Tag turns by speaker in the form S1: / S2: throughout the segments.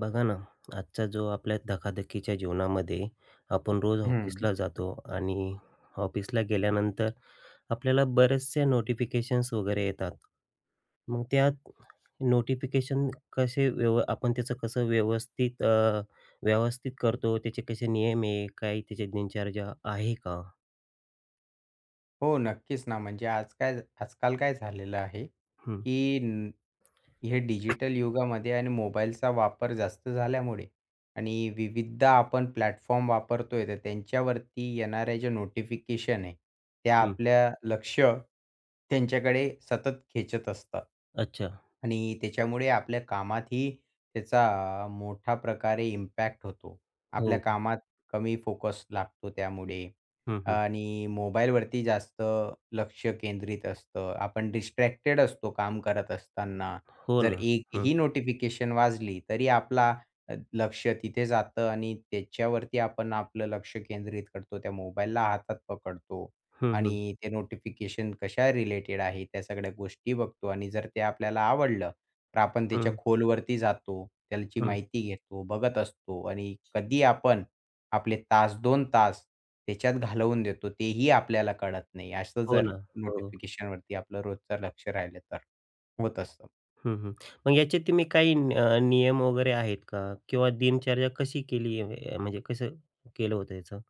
S1: बघा ना, आजचा जो आपल्या धकाधकीच्या जीवनामध्ये आपण रोज
S2: हं.
S1: ऑफिसला जातो आणि ऑफिसला गेल्यानंतर आपल्याला बरेचसे नोटिफिकेशन्स वगैरे येतात. मग त्यात नोटिफिकेशन कसे व्यव आपण त्याचं कसं व्यवस्थित करतो? त्याचे कसे नियम आहे? काही त्याची दिनचर्या आहे का?
S2: हो, नक्कीच ना. म्हणजे आज काय आजकाल काय झालेलं आहे,
S1: हं,
S2: की न हे डिजिटल युगामध्ये आणि मोबाईलचा वापर जास्त झाल्यामुळे आणि विविध आपण प्लॅटफॉर्म वापरतोय, तर त्यांच्यावरती येणाऱ्या ज्या नोटिफिकेशन आहे, त्या
S1: हं.
S2: आपल्या लक्ष त्यांच्याकडे सतत खेचत असतात.
S1: अच्छा.
S2: आणि त्याच्यामुळे आपल्या कामातही त्याचा मोठ्या प्रकारे इम्पॅक्ट होतो.
S1: हो,
S2: आपल्या
S1: हो.
S2: कामात कमी फोकस लागतो त्यामुळे.
S1: हं, हं.
S2: आणि मोबाईलवरती जास्त लक्ष केंद्रित असतं. आपण डिस्ट्रॅक्टेड असतो काम करत असताना.
S1: हो
S2: जर
S1: ना. हं.
S2: एकही नोटिफिकेशन वाजली तरी आपला लक्ष तिथे जातं आणि त्याच्यावरती आपण आपलं लक्ष केंद्रित करतो. त्या मोबाईलला हातात पकडतो
S1: हं, हं.
S2: आणि ते नोटिफिकेशन कशा रिलेटेड आहे त्या सगळ्या गोष्टी बघतो आणि जर ते आपल्याला आवडलं तर आपण त्याच्या
S1: हं,
S2: खोलवरती जातो. त्याची
S1: हं.
S2: माहिती घेतो, बघत असतो आणि कधी आपण आपले तास दोन तास त्याच्यात घालवून देतो, तेही आपल्याला कळत नाही. असं
S1: हो
S2: जर
S1: ना. हो.
S2: नोटिफिकेशनवरती आपलं रोजचं लक्ष राहिलं तर, होत असतं.
S1: हं, हं. मग याचे तुम्ही काही नियम वगैरे आहेत का? किंवा दिनचर्या कशी केली आहे? म्हणजे कसं केलं होतं याचं?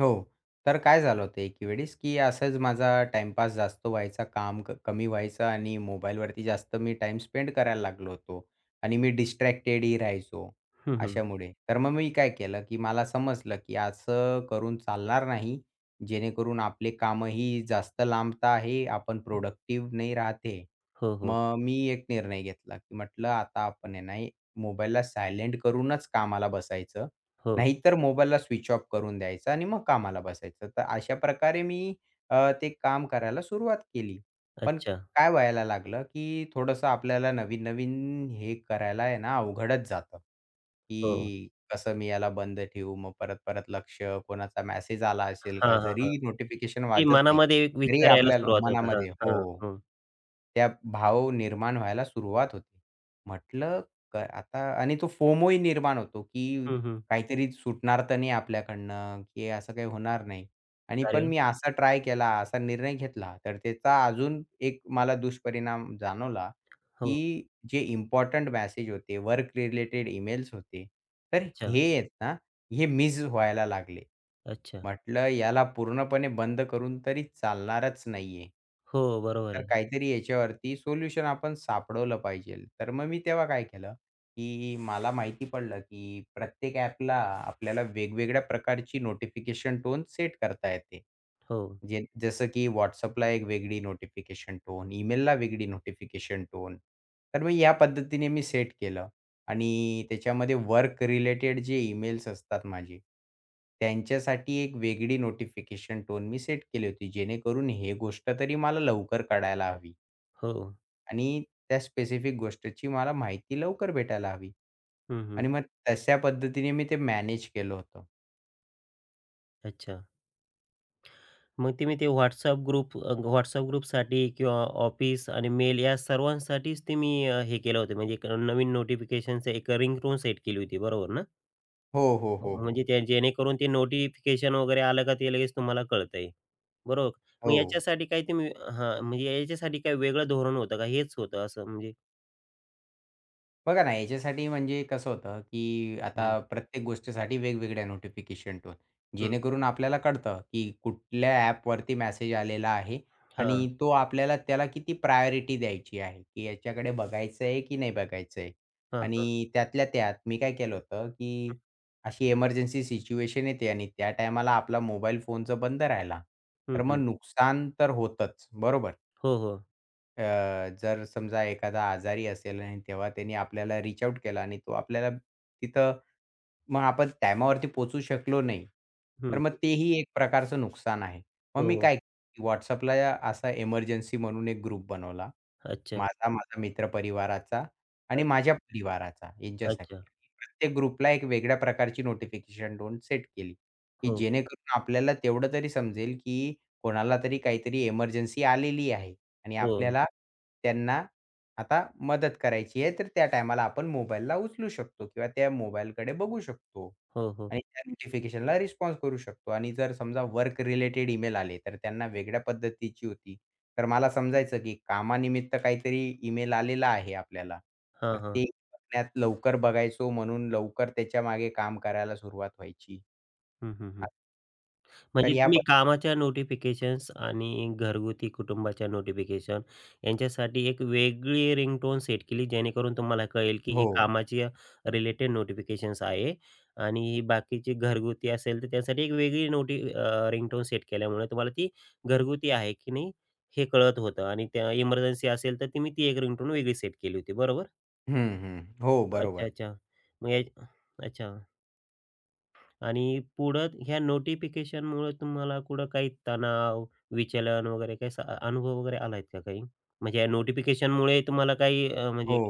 S2: हो. तर काय झालं होतं एकेवेळेस, की असंच माझा टाईमपास जास्त व्हायचा, काम क कमी व्हायचं आणि मोबाईलवरती जास्त मी टाईम स्पेंड करायला लागलो होतो आणि मी डिस्ट्रॅक्टेडही राहायचो
S1: हं, हं.
S2: अशामुळे. तर मग मी काय केलं, की मला समजलं, की असं करून चालणार नाही, जेणेकरून आपले कामही जास्त लांबत आहे, आपण प्रोडक्टिव्ह नाही राहत.
S1: हो, हो.
S2: मग मी एक निर्णय घेतला, की म्हटलं आता आपण आहे ना मोबाईलला सायलेंट करूनच कामाला बसायचं.
S1: हो.
S2: नाहीतर मोबाईलला स्विच ऑफ करून द्यायचा आणि मग कामाला बसायचं. तर अशा प्रकारे मी ते काम करायला सुरुवात केली. पण
S1: अच्छा.
S2: काय व्हायला लागलं, की थोडंसं आपल्याला नवीन-नवीन हे करायला आहे ना अवघडच जातं,
S1: हो.
S2: की कसं मी याला बंद ठेवू? मग परत-परत लक्ष कोणाचा मेसेज आला असेल का?
S1: हां, हां,
S2: जरी
S1: हां.
S2: नोटिफिकेशन
S1: ते
S2: वाजत नाही,
S1: मनामध्ये एक
S2: तरी
S1: विचार यायला
S2: आपल्याला
S1: सुरुवात होते. हां,
S2: मनामध्ये
S1: हां.
S2: हो.
S1: हं.
S2: त्या भाव निर्माण व्हायला सुरुवात होते. म्हटलं आता आणि तो फोमोही निर्माण होतो, की
S1: हं, हं.
S2: काहीतरी सुटणार तर नाही आपल्याकडनं, की असं काही होणार नाही. आणि
S1: अरे
S2: पण
S1: वाह!
S2: मी असा ट्राय केला, असा निर्णय घेतला, तर त्याचा अजून एक मला दुष्परिणाम जाणवला,
S1: हो.
S2: की जे इम्पोर्टंट मेसेज होते, वर्क रिलेटेड ईमेल्स होते, तर
S1: अच्छा,
S2: हे आहेत ना, हे मिस व्हायला लागले.
S1: अच्छा.
S2: म्हटलं याला पूर्णपणे बंद करून तरी चालणारच नाहीये.
S1: हो, बरोबर
S2: तर
S1: आहे.
S2: काहीतरी याच्यावरती सोल्युशन आपण सापडवलं पाहिजे. तर मग मी तेव्हा काय केलं, की मला माहिती पडलं, की प्रत्येक ॲपला आपल्याला वेगवेगळ्या प्रकारची नोटिफिकेशन टोन सेट करता येते.
S1: हो,
S2: जे जसं की WhatsAppला एक वेगळी नोटिफिकेशन टोन, ईमेलला वेगळी नोटिफिकेशन टोन. तर मग या पद्धतीने मी सेट केलं. आणि त्याच्यामध्ये वर्क रिलेटेड जे ईमेल्स असतात माझे, त्यांच्यासाठी एक वेगळी नोटिफिकेशन टोन मी सेट केली होती. जेणेकरून हे गोष्ट तरी मला लवकर कळायला हवी
S1: हो.
S2: आणि त्या स्पेसिफिक गोष्टीची मला माहिती लवकर भेटायला हवी.
S1: हं, हं.
S2: आणि मग तशा पद्धतीने मी ते मॅनेज केलं होतं.
S1: अच्छा. मग ते मी WhatsApp ग्रुपसाठी किंवा ऑफिस आणि मेल या सर्वांसाठीच ते मी हे केलं होतं म्हणजे एक नवीन नोटिफिकेशनचं एक रिंगटोन सेट केली होती बरोबर ना?
S2: हो, हो,
S1: हो.
S2: हो,
S1: म्हणजे
S2: हो.
S1: त्या जेणेकरून ते नोटिफिकेशन वगैरे आलं का ते लगेच तुम्हाला कळतंय. बरोबर. मग
S2: हो.
S1: याच्यासाठी काही तुम्ही हां, म्हणजे याच्यासाठी काही वेगळं धोरण होतं का? हेच होतं असं म्हणजे?
S2: बघा ना, याच्यासाठी म्हणजे कसं होतं, की
S1: हं.
S2: आता प्रत्येक गोष्टीसाठी वेगवेगळ्या नोटिफिकेशन टोन.
S1: हं.
S2: जेणेकरून आपल्याला कळतं, की कुठल्या ॲपवरती मेसेज आलेला आहे
S1: हां,
S2: आणि तो आपल्याला त्याला किती प्रायोरिटी द्यायची आहे, की याच्याकडे बघायचं आहे की नाही बघायचं आहे.
S1: हां, हां.
S2: आणि त्यातल्या त्यात मी काय केलं होतं, की अशी इमर्जन्सी सिच्युएशन येते आणि त्या टायमाला आपला मोबाईल फोनचं बंद राहिला,
S1: हं,
S2: तर मग
S1: हं.
S2: नुकसान तर होतंच, बरोबर?
S1: हो, हो.
S2: अ, जर समजा एखादा आजारी असेल आणि तेव्हा त्यांनी आपल्याला रीच आउट केला आणि तो आपल्याला तिथं मग आपण टायमावरती पोहचू शकलो नाही. तर
S1: हं.
S2: मग तेही एक प्रकारचं नुकसान आहे. मग
S1: हो,
S2: मी
S1: हो.
S2: काय WhatsAppला असा इमर्जन्सी म्हणून एक ग्रुप बनवला.
S1: अच्छा.
S2: माझा मित्र परिवाराचा आणि
S1: अ
S2: माझ्या परिवाराचा यांच्यासाठी.
S1: अच्छा.
S2: प्रत्येक ग्रुपला एक वेगळ्या प्रकारची नोटिफिकेशन टोन सेट केली, की
S1: हो.
S2: जेणेकरून आपल्याला तेवढं तरी समजेल, की कोणाला तरी काहीतरी इमर्जन्सी आलेली आहे आणि
S1: हो.
S2: आपल्याला त्यांना आता मदत करायची आहे, तर त्या टायमाला आपण मोबाईलला उचलू शकतो किंवा त्या मोबाईलकडे बघू शकतो
S1: हो, हो.
S2: आणि त्या नोटिफिकेशनला रिस्पॉन्स करू शकतो आणि जर समजा वर्क रिलेटेड ईमेल आले, तर त्यांना वेगळ्या पद्धतीची होती. तर मला समजायचं की कामानिमित्त काहीतरी ईमेल आलेला आहे आपल्याला,
S1: हां,
S2: तर
S1: हां.
S2: ते बघण्यात लवकर बघायचो म्हणून लवकर त्याच्यामागे काम करायला सुरुवात व्हायची.
S1: हं, हं,
S2: आ-
S1: हं. म्हणजे
S2: तर या
S1: तुम्ही
S2: पद्ध
S1: कामाच्या नोटिफिकेशन्स आणि घरगुती कुटुंबाच्या नोटिफिकेशन यांच्यासाठी एक वेगळी रिंगटोन सेट केली, जेणेकरून तुम्हाला कळेल की ही
S2: हो.
S1: कामाची रिलेटेड नोटिफिकेशन्स आहे आणि ही बाकीची घरगुती असेल, तर त्यासाठी एक वेगळी रिंगटोन सेट केल्यामुळे तुम्हाला ती घरगुती आहे की नाही हे कळत होतं आणि त्या इमर्जन्सी असेल, तर तुम्ही ती एक रिंगटोन वेगळी सेट केली होती, बरोबर?
S2: हं, हं. हो,
S1: अच्छा,
S2: बरोबर.
S1: अच्छा. मग या अच्छा. आणि पुढं ह्या नोटिफिकेशनमुळे तुम्हाला कुठं काही तणाव, विचलन वगैरे काही असा अनुभव वगैरे आला का काही? म्हणजे या नोटिफिकेशनमुळे तुम्हाला म्हणजे
S2: हो.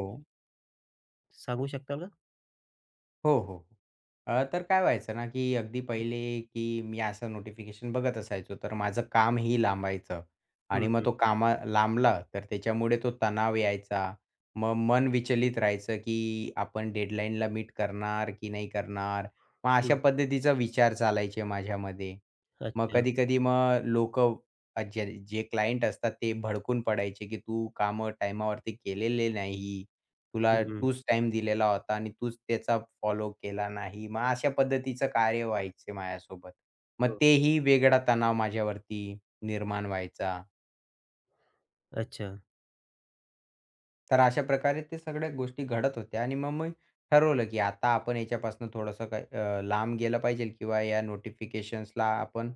S1: सांगू शकताल का?
S2: हो, हो, हो. तर काय व्हायचं ना, की अगदी पहिले, की मी असं नोटिफिकेशन बघत असायचो, तर माझं कामही लांबायचं
S1: हं,
S2: आणि मग
S1: हं,
S2: तो कामा लांबला, तर त्याच्यामुळे तो तणाव यायचा. मग मन विचलित राहायचं, की आपण डेडलाईनला मीट करणार की नाही करणार? मग अशा
S1: हं.
S2: पद्धतीचा विचार चालायचे माझ्यामध्ये. मग
S1: अच्छा.
S2: कधी-कधी मग लोकं जे जे क्लायंट असतात, ते भडकून पडायचे, की तू कामं टायमावरती केलेले नाही. तुला
S1: हं, हं.
S2: तूच टाईम दिलेला होता आणि तूच त्याचा फॉलो केला नाही. मग अशा पद्धतीचं कार्य व्हायचे माझ्यासोबत. मग
S1: हो.
S2: तेही वेगळा तणाव माझ्यावरती निर्माण व्हायचा.
S1: अच्छा.
S2: तर अशा प्रकारे ते सगळ्या गोष्टी घडत होत्या आणि मग मी ठरवलं, की आता आपण याच्यापासून थोडंसं काय लांब गेलं पाहिजे किंवा या नोटिफिकेशन्सला आपण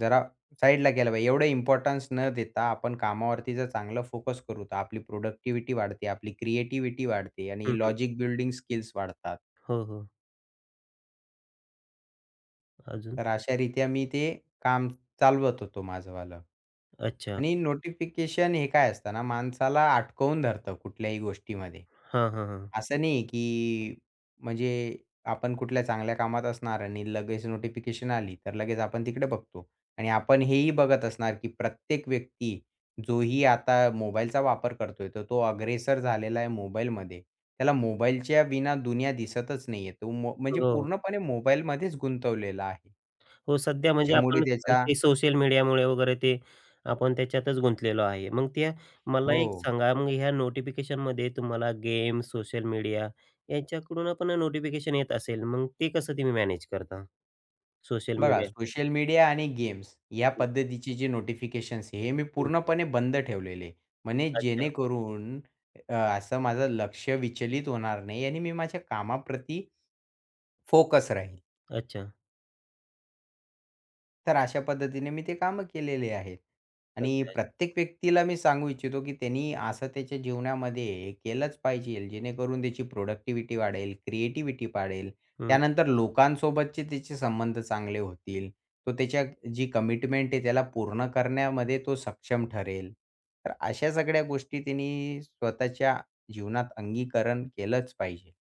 S2: जरा साईडला केलं पाहिजे. एवढं इम्पोर्टन्स न देता आपण कामावरती जर चांगलं फोकस करू, तर आपली प्रोडक्टिव्हिटी वाढते, आपली क्रिएटिव्हिटी वाढते
S1: हं,
S2: आणि
S1: हं.
S2: लॉजिक बिल्डिंग स्किल्स वाढतात.
S1: हो, हो. अजून?
S2: तर अशारित्या मी ते काम चालवत होतो माझंवालं.
S1: अच्छा.
S2: आणि नोटिफिकेशन हे काय असतं ना, माणसाला अडकवून धरतं कुठल्याही गोष्टीमध्ये.
S1: हां, हां, हां.
S2: असं नाही की म्हणजे आपण कुठल्या चांगल्या कामात असणार आणि लगेच नोटिफिकेशन आली, तर लगेच आपण तिकडे बघतो. आणि आपण हेही बघत असणार की प्रत्येक व्यक्ती जोही आता मोबाईलचा वापर करतोय, तर तो अग्रेसर झालेला आहे मोबाईलमध्ये. त्याला मोबाईलच्या विना दुनिया दिसतच नाहीये. तो मो म्हणजे
S1: हो.
S2: पूर्णपणे मोबाईलमध्येच गुंतवलेला आहे.
S1: हो, सध्या म्हणजे
S2: त्याच्यामुळे
S1: आपण
S2: त्याचा
S1: ते सोशल मीडियामुळे वगैरे ते आपण त्याच्यातच गुंतलेलो आहे. मग त्या मला एक
S2: हो,
S1: सांगा, मग ह्या नोटिफिकेशनमध्ये तुम्हाला गेम, सोशल मीडिया यांच्याकडून पण नोटिफिकेशन येत असेल, मग ते कसं तुम्ही मॅनेज करता? सोशल
S2: बघा
S1: मीडिया?
S2: सोशल मीडिया आणि गेम्स या
S1: हं,
S2: पद्धतीचे जे नोटिफिकेशन्स हे मी पूर्णपणे बंद ठेवलेले. म्हणजे
S1: अच्छा,
S2: जेणेकरून असं माझं लक्ष विचलित होणार नाही आणि मी माझ्या कामाप्रती फोकस राहील.
S1: अच्छा,
S2: तर अशा पद्धतीने मी ते कामं केलेले आहेत. आणि
S1: अच्छा.
S2: प्रत्येक व्यक्तीला मी सांगू इच्छितो, की त्यांनी असं त्याच्या जीवनामध्ये केलंच पाहिजे, जेणेकरून त्याची प्रोडक्टिव्हिटी वाढेल, क्रिएटिव्हिटी वाढेल.
S1: हं.
S2: त्यानंतर लोकांसोबतचे त्याचे संबंध चांगले होतील. तो त्याच्या जी कमिटमेंट आहे त्याला पूर्ण करण्यामध्ये तो सक्षम ठरेल. तर अशा सगळ्या गोष्टी त्यांनी स्वतःच्या जीवनात अंगीकरण केलंच पाहिजे.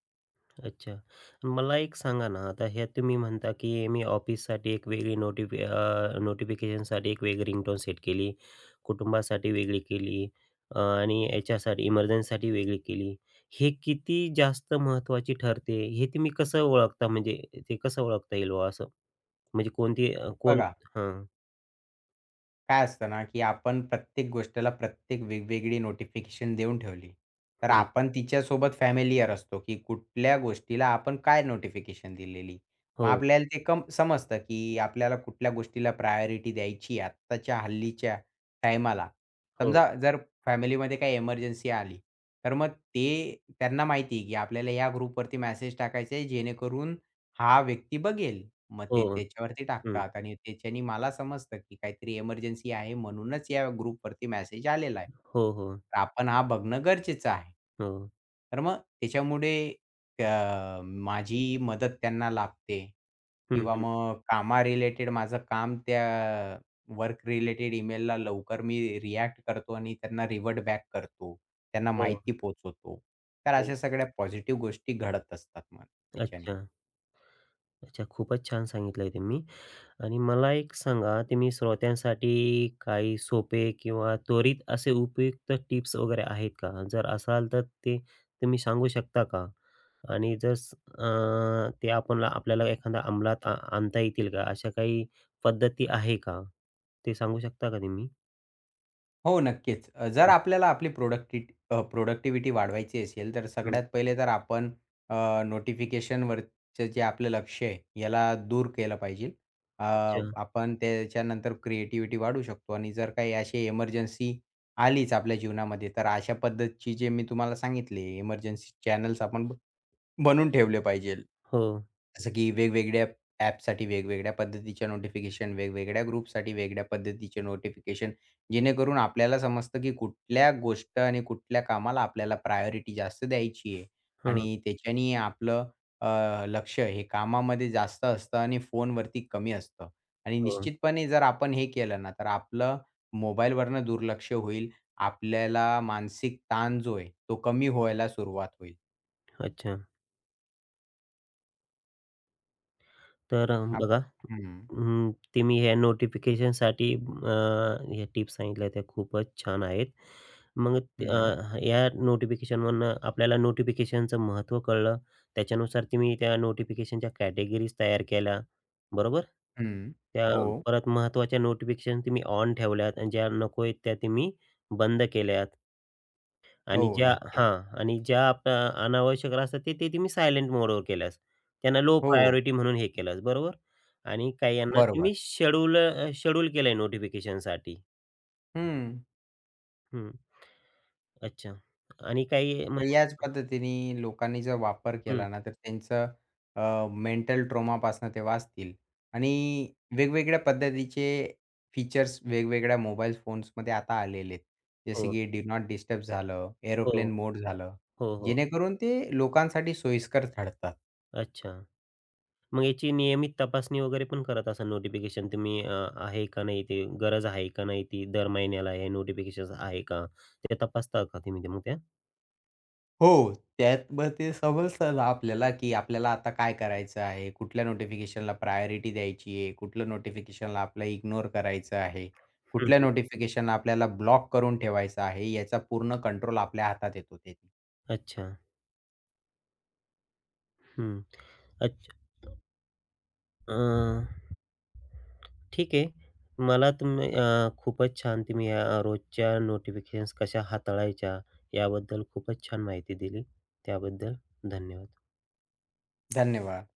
S1: अच्छा. मला एक सांगा ना, आता हे तुम्ही म्हणता, की मी ऑफिससाठी एक वेगळी नोटिफि अ, नोटिफिकेशनसाठी एक वेगळी रिंगटोन सेट केली, कुटुंबासाठी वेगळी केली, आणि याच्यासाठी इमर्जन्सीसाठी वेगळी केली. हे किती जास्त महत्त्वाची ठरते, हे तुम्ही कसं ओळखता? म्हणजे ते कसं ओळखता येईल बुवा असं? म्हणजे कोणती अ, कोण
S2: बघा
S1: हां.
S2: काय असतं ना, की आपण प्रत्येक गोष्टीला प्रत्येक वेगवेगळी नोटिफिकेशन देऊन ठेवली, तर
S1: हं.
S2: आपण तिच्यासोबत फॅमिलिअर असतो, की कुठल्या गोष्टीला आपण काय नोटिफिकेशन दिलेली. मग
S1: हो,
S2: आपल्याला ते कम समजतं, की आपल्याला कुठल्या गोष्टीला प्रायोरिटी द्यायची आत्ताच्या हल्लीच्या टायमाला.
S1: हो,
S2: समजा जर फॅमिलीमध्ये काही एमर्जन्सी आली, तर मग ते त्यांना माहिती आहे, की आपल्याला या ग्रुपवरती मेसेज टाकायचा आहे, जेणेकरून हा व्यक्ती बघेल. मग
S1: हो.
S2: ते त्याच्यावरती
S1: हं.
S2: टाकतात आणि त्याच्यानी मला समजतं, की काहीतरी एमर्जन्सी आहे म्हणूनच या ग्रुपवरती मेसेज आलेला आहे.
S1: हो, हो,
S2: तर आपण हा बघणं गरजेचं आहे.
S1: हो.
S2: तर मग त्याच्यामुळे माझी मदत त्यांना लाभते
S1: हं,
S2: किंवा
S1: हं.
S2: मग कामा रिलेटेड माझं काम त्या वर्क रिलेटेड ईमेलला लवकर मी रिएक्ट करतो आणि त्यांना रिव्हर्ट बॅक करतो. त्यांना
S1: हो,
S2: माहिती पोहोचवतो. तर
S1: हो.
S2: अशा सगळ्या पॉझिटिव्ह गोष्टी घडत असतात मग त्याच्याने.
S1: अच्छा. अच्छा. खूपच छान सांगितलंय तुम्ही. आणि मला एक सांगा, तुम्ही श्रोत्यांसाठी काही सोपे किंवा त्वरित असे उपयुक्त टिप्स वगैरे आहेत का? जर असाल तर ते तुम्ही सांगू शकता का? आणि ते आपल्याला एखादा अंमलात आणता येतील का? अशा काही पद्धती आहे का? ते सांगू शकता का तुम्ही?
S2: हो, नक्कीच. जर आपल्याला आपली प्रोडक्टिव्हिटी वाढवायची असेल, तर
S1: हं,
S2: सगळ्यात पहिले तर आपण अ, नोटिफिकेशनवरचं जे आपलं लक्ष आहे, याला दूर केलं पाहिजे. अ,
S1: अच्छा.
S2: आपण त्याच्यानंतर क्रिएटिव्हिटी वाढवू शकतो आणि जर काही अशी इमर्जन्सी आलीच आपल्या जीवनामध्ये, तर अशा पद्धतची जे मी तुम्हाला सांगितले, इमर्जन्सी चॅनल्स आपण बनवून ठेवले पाहिजे.
S1: हो.
S2: जसं की वेगवेगळ्या ॲपसाठी वेगवेगळ्या पद्धतीच्या नोटिफिकेशन, वेगवेगळ्या ग्रुपसाठी वेगळ्या पद्धतीचे नोटिफिकेशन, जेणेकरून आपल्याला समजतं की कुठल्या गोष्ट आणि कुठल्या कामाला आपल्याला प्रायोरिटी जास्त द्यायची आहे
S1: हं,
S2: आणि त्याच्याने आपलं अ, लक्ष हे कामामध्ये जास्त असतं आणि फोनवरती कमी असतं आणि
S1: हो.
S2: निश्चितपणे जर आपण हे केलं ना, तर आपलं मोबाईलवरनं दुर्लक्ष होईल. आपल्याला मानसिक ताण जो आहे, तो कमी व्हायला सुरुवात होईल.
S1: अच्छा. तर
S2: आप
S1: बघा
S2: हं.
S1: अं, ते मी ह्या टिप्स सांगितल्या त्या खूपच छान आहेत. मग
S2: हं,
S1: या नोटिफिकेशनवरनं आपल्याला नोटिफिकेशनचं महत्त्व कळलं. त्याच्यानुसार तुम्ही त्या नोटिफिकेशनच्या कॅटेगरीज तयार केल्या, बरोबर?
S2: हं.
S1: त्या
S2: हो,
S1: परत महत्त्वाच्या नोटिफिकेशन तुम्ही ऑन ठेवल्यात आणि ज्या नको आहेत त्या तुम्ही बंद केल्यात. आणि
S2: हो.
S1: ज्या
S2: नक्कीच.
S1: हां. आणि ज्या अनावश्यक असतात ते ते तुम्ही सायलेंट मोडवर केल्यास. त्यांना लो
S2: हो,
S1: प्रायोरिटी म्हणून हे केलंस, बरोबर? आणि काही यांना
S2: बरोबर.
S1: तुम्ही शेड्यूल केलंय नोटिफिकेशनसाठी.
S2: हं.
S1: हं. अच्छा. आणि काही
S2: तर
S1: म्हणजे
S2: याच पद्धतीने लोकांनी जर वापर
S1: हं.
S2: केला ना, तर त्यांचं मेंटल ट्रॉमापासून ते वाचतील आणि वेगवेगळ्या पद्धतीचे फीचर्स वेगवेगळ्या मोबाईल फोन्समध्ये आता आलेले आहेत. जसे
S1: हो,
S2: की डू नॉट डिस्टर्ब झालं, एरोप्लेन
S1: हो,
S2: मोड झालं,
S1: हो, हो.
S2: जेणेकरून ते लोकांसाठी सोयीस्कर ठरतं.
S1: अच्छा. मग याची नियमित तपासणी वगैरे पण करत असाल आहे का नाही ते गरज आहे का नाही ती दर महिन्याला हे नोटिफिकेशन्स आहे का? ते तपासता का तुम्ही ते मग त्या?
S2: हो. त्यात मग ते समजतं आपल्याला, की आपल्याला आता काय करायचं आहे, कुठल्या नोटिफिकेशनला प्रायोरिटी द्यायची आहे, कुठलं नोटिफिकेशनला आपल्याला इग्नोर करायचं आहे,
S1: हं,
S2: कुठल्या
S1: हं.
S2: नोटिफिकेशनला आपल्याला ब्लॉक करून ठेवायचं आहे, याचा पूर्ण कंट्रोल आपल्या हातात येतो ते.
S1: अच्छा. हं. अच्छा. अ, ठीक आहे. मला तुम्ही खूपच छान तुम्ही या रोजच्या नोटिफिकेशन्स कशा हाताळायच्या याबद्दल खूपच छान माहिती दिली. त्याबद्दल धन्यवाद.
S2: धन्यवाद.